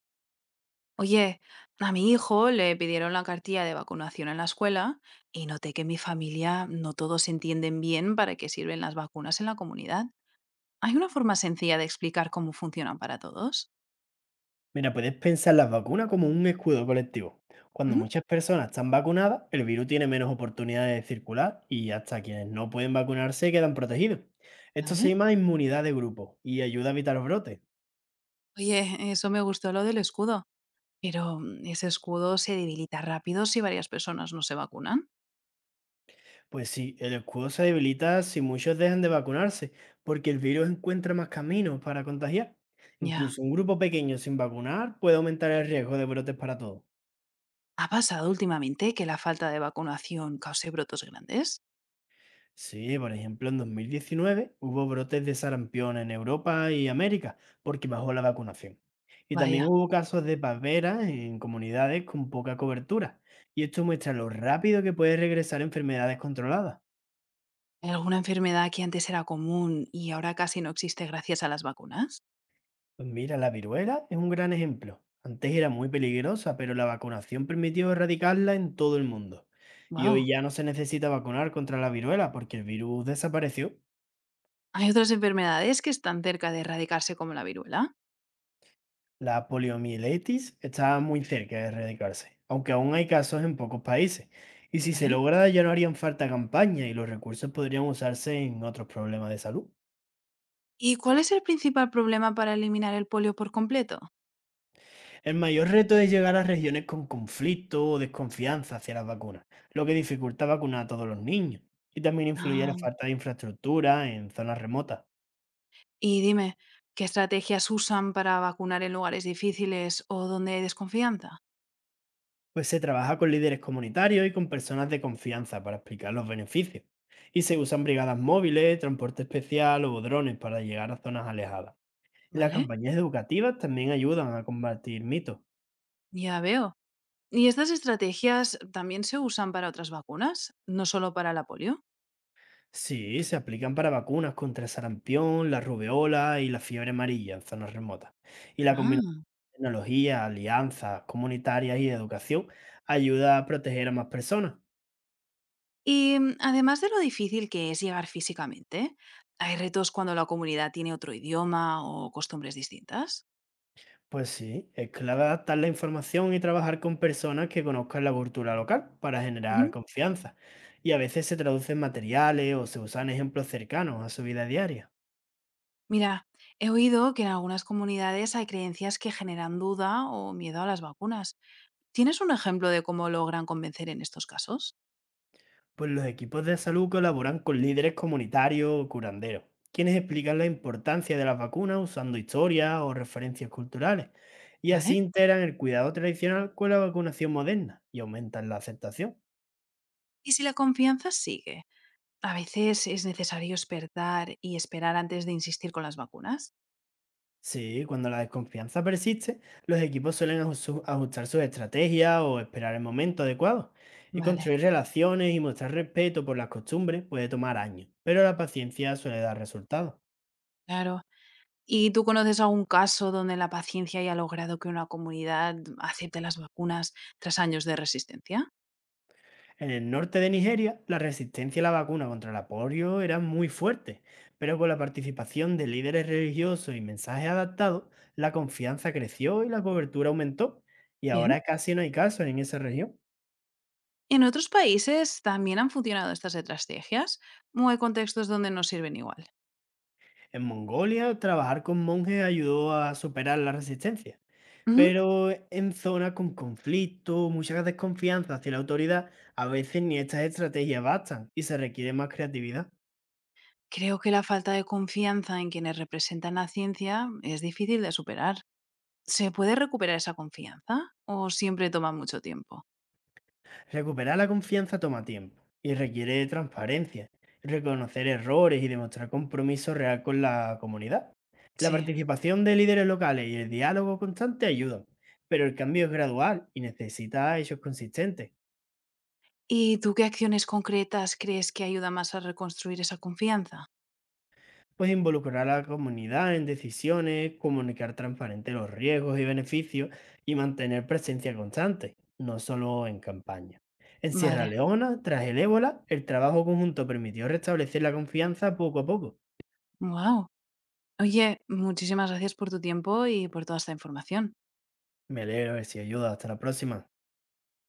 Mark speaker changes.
Speaker 1: Oye, a mi hijo le pidieron la cartilla de vacunación en la escuela y noté que en mi familia no todos entienden bien para qué sirven las vacunas en la comunidad. ¿Hay una forma sencilla de explicar cómo funcionan para todos?
Speaker 2: Mira, puedes pensar las vacunas como un escudo colectivo. Cuando
Speaker 1: ¿Mm?
Speaker 2: muchas personas están vacunadas, el virus tiene menos oportunidades de circular y hasta quienes no pueden vacunarse quedan protegidos. Esto se
Speaker 1: Vale.
Speaker 2: llama inmunidad de grupo y ayuda a evitar los brotes.
Speaker 1: Oye, eso me gustó lo del escudo, pero ese escudo se debilita rápido si varias personas no se vacunan.
Speaker 2: Pues sí, el escudo se debilita si muchos dejan de vacunarse, porque el virus encuentra más caminos para contagiar.
Speaker 1: Ya.
Speaker 2: Incluso un grupo pequeño sin vacunar puede aumentar el riesgo de brotes para todos.
Speaker 1: ¿Ha pasado últimamente que la falta de vacunación cause brotos grandes?
Speaker 2: Sí, por ejemplo, en 2019 hubo brotes de sarampión en Europa y América porque bajó la vacunación. Y
Speaker 1: Vaya.
Speaker 2: también hubo casos de paperas en comunidades con poca cobertura. Y esto muestra lo rápido que puede regresar enfermedades controladas.
Speaker 1: ¿Alguna enfermedad que antes era común y ahora casi no existe gracias a las vacunas?
Speaker 2: Pues mira, la viruela es un gran ejemplo. Antes era muy peligrosa, pero la vacunación permitió erradicarla en todo el mundo. Y
Speaker 1: Wow.
Speaker 2: hoy ya no se necesita vacunar contra la viruela porque el virus desapareció.
Speaker 1: ¿Hay otras enfermedades que están cerca de erradicarse como la viruela?
Speaker 2: La poliomielitis está muy cerca de erradicarse, aunque aún hay casos en pocos países. Y si se
Speaker 1: ¿Vale?
Speaker 2: logra, ya no harían falta campañas y los recursos podrían usarse en otros problemas de salud.
Speaker 1: ¿Y cuál es el principal problema para eliminar el polio por completo?
Speaker 2: El mayor reto es llegar a regiones con conflicto o desconfianza hacia las vacunas, lo que dificulta vacunar a todos los niños. Y también influye la
Speaker 1: Ah,
Speaker 2: falta de infraestructura en zonas remotas.
Speaker 1: y dime, ¿qué estrategias usan para vacunar en lugares difíciles o donde hay desconfianza?
Speaker 2: Pues se trabaja con líderes comunitarios y con personas de confianza para explicar los beneficios. Y se usan brigadas móviles, transporte especial o drones para llegar a zonas alejadas. Y las
Speaker 1: ¿Vale?
Speaker 2: campañas educativas también ayudan a combatir mitos.
Speaker 1: Ya veo. ¿Y estas estrategias también se usan para otras vacunas? ¿No solo para la polio?
Speaker 2: Sí, se aplican para vacunas contra el sarampión, la rubeola y la fiebre amarilla en zonas remotas. Y la combinación
Speaker 1: Ah.
Speaker 2: de tecnologías, alianzas comunitarias y de educación ayuda a proteger a más personas.
Speaker 1: Y además de lo difícil que es llegar físicamente, ¿hay retos cuando la comunidad tiene otro idioma o costumbres distintas?
Speaker 2: Pues sí, es clave adaptar la información y trabajar con personas que conozcan la cultura local para
Speaker 1: Ujú.
Speaker 2: generar confianza. Y a veces se traducen materiales o se usan ejemplos cercanos a su vida diaria.
Speaker 1: Mira, he oído que en algunas comunidades hay creencias que generan duda o miedo a las vacunas. ¿Tienes un ejemplo de cómo logran convencer en estos casos?
Speaker 2: Pues los equipos de salud colaboran con líderes comunitarios o curanderos, quienes explican la importancia de las vacunas usando historias o referencias culturales. Y así
Speaker 1: ¿Vale?
Speaker 2: integran el cuidado tradicional con la vacunación moderna y aumentan la aceptación.
Speaker 1: Y si la confianza sigue, a veces es necesario despertar y esperar antes de insistir con las vacunas.
Speaker 2: Sí, cuando la desconfianza persiste, los equipos suelen ajustar sus estrategias o esperar el momento adecuado. Y
Speaker 1: Vale,
Speaker 2: construir relaciones y mostrar respeto por las costumbres puede tomar años, pero la paciencia suele dar resultados.
Speaker 1: claro. ¿Y tú conoces algún caso donde la paciencia haya logrado que una comunidad acepte las vacunas tras años de resistencia?
Speaker 2: En el norte de Nigeria, la resistencia a la vacuna contra la polio era muy fuerte, pero con la participación de líderes religiosos y mensajes adaptados, la confianza creció y la cobertura aumentó. Y
Speaker 1: Bien.
Speaker 2: ahora casi no hay casos en esa región.
Speaker 1: ¿En otros países también han funcionado estas estrategias? ¿O hay contextos donde no sirven igual?
Speaker 2: En Mongolia, trabajar con monjes ayudó a superar la resistencia,
Speaker 1: Ujú.
Speaker 2: pero en zonas con conflicto, mucha desconfianza hacia la autoridad, a veces ni estas estrategias bastan y se requiere más creatividad.
Speaker 1: Creo que la falta de confianza en quienes representan la ciencia es difícil de superar. ¿Se puede recuperar esa confianza o siempre toma mucho tiempo?
Speaker 2: Recuperar la confianza toma tiempo y requiere transparencia, reconocer errores y demostrar compromiso real con la comunidad. La
Speaker 1: Sí.
Speaker 2: participación de líderes locales y el diálogo constante ayudan, pero el cambio es gradual y necesita hechos consistentes.
Speaker 1: ¿Y tú qué acciones concretas crees que ayuda más a reconstruir esa confianza?
Speaker 2: Pues involucrar a la comunidad en decisiones, comunicar transparente los riesgos y beneficios y mantener presencia constante, no solo en campaña. En Sierra
Speaker 1: Vale.
Speaker 2: Leona, tras el ébola, el trabajo conjunto permitió restablecer la confianza poco a poco.
Speaker 1: Wow. Oye, muchísimas gracias por tu tiempo y por toda esta información.
Speaker 2: Me alegro de si ayuda. Hasta la próxima.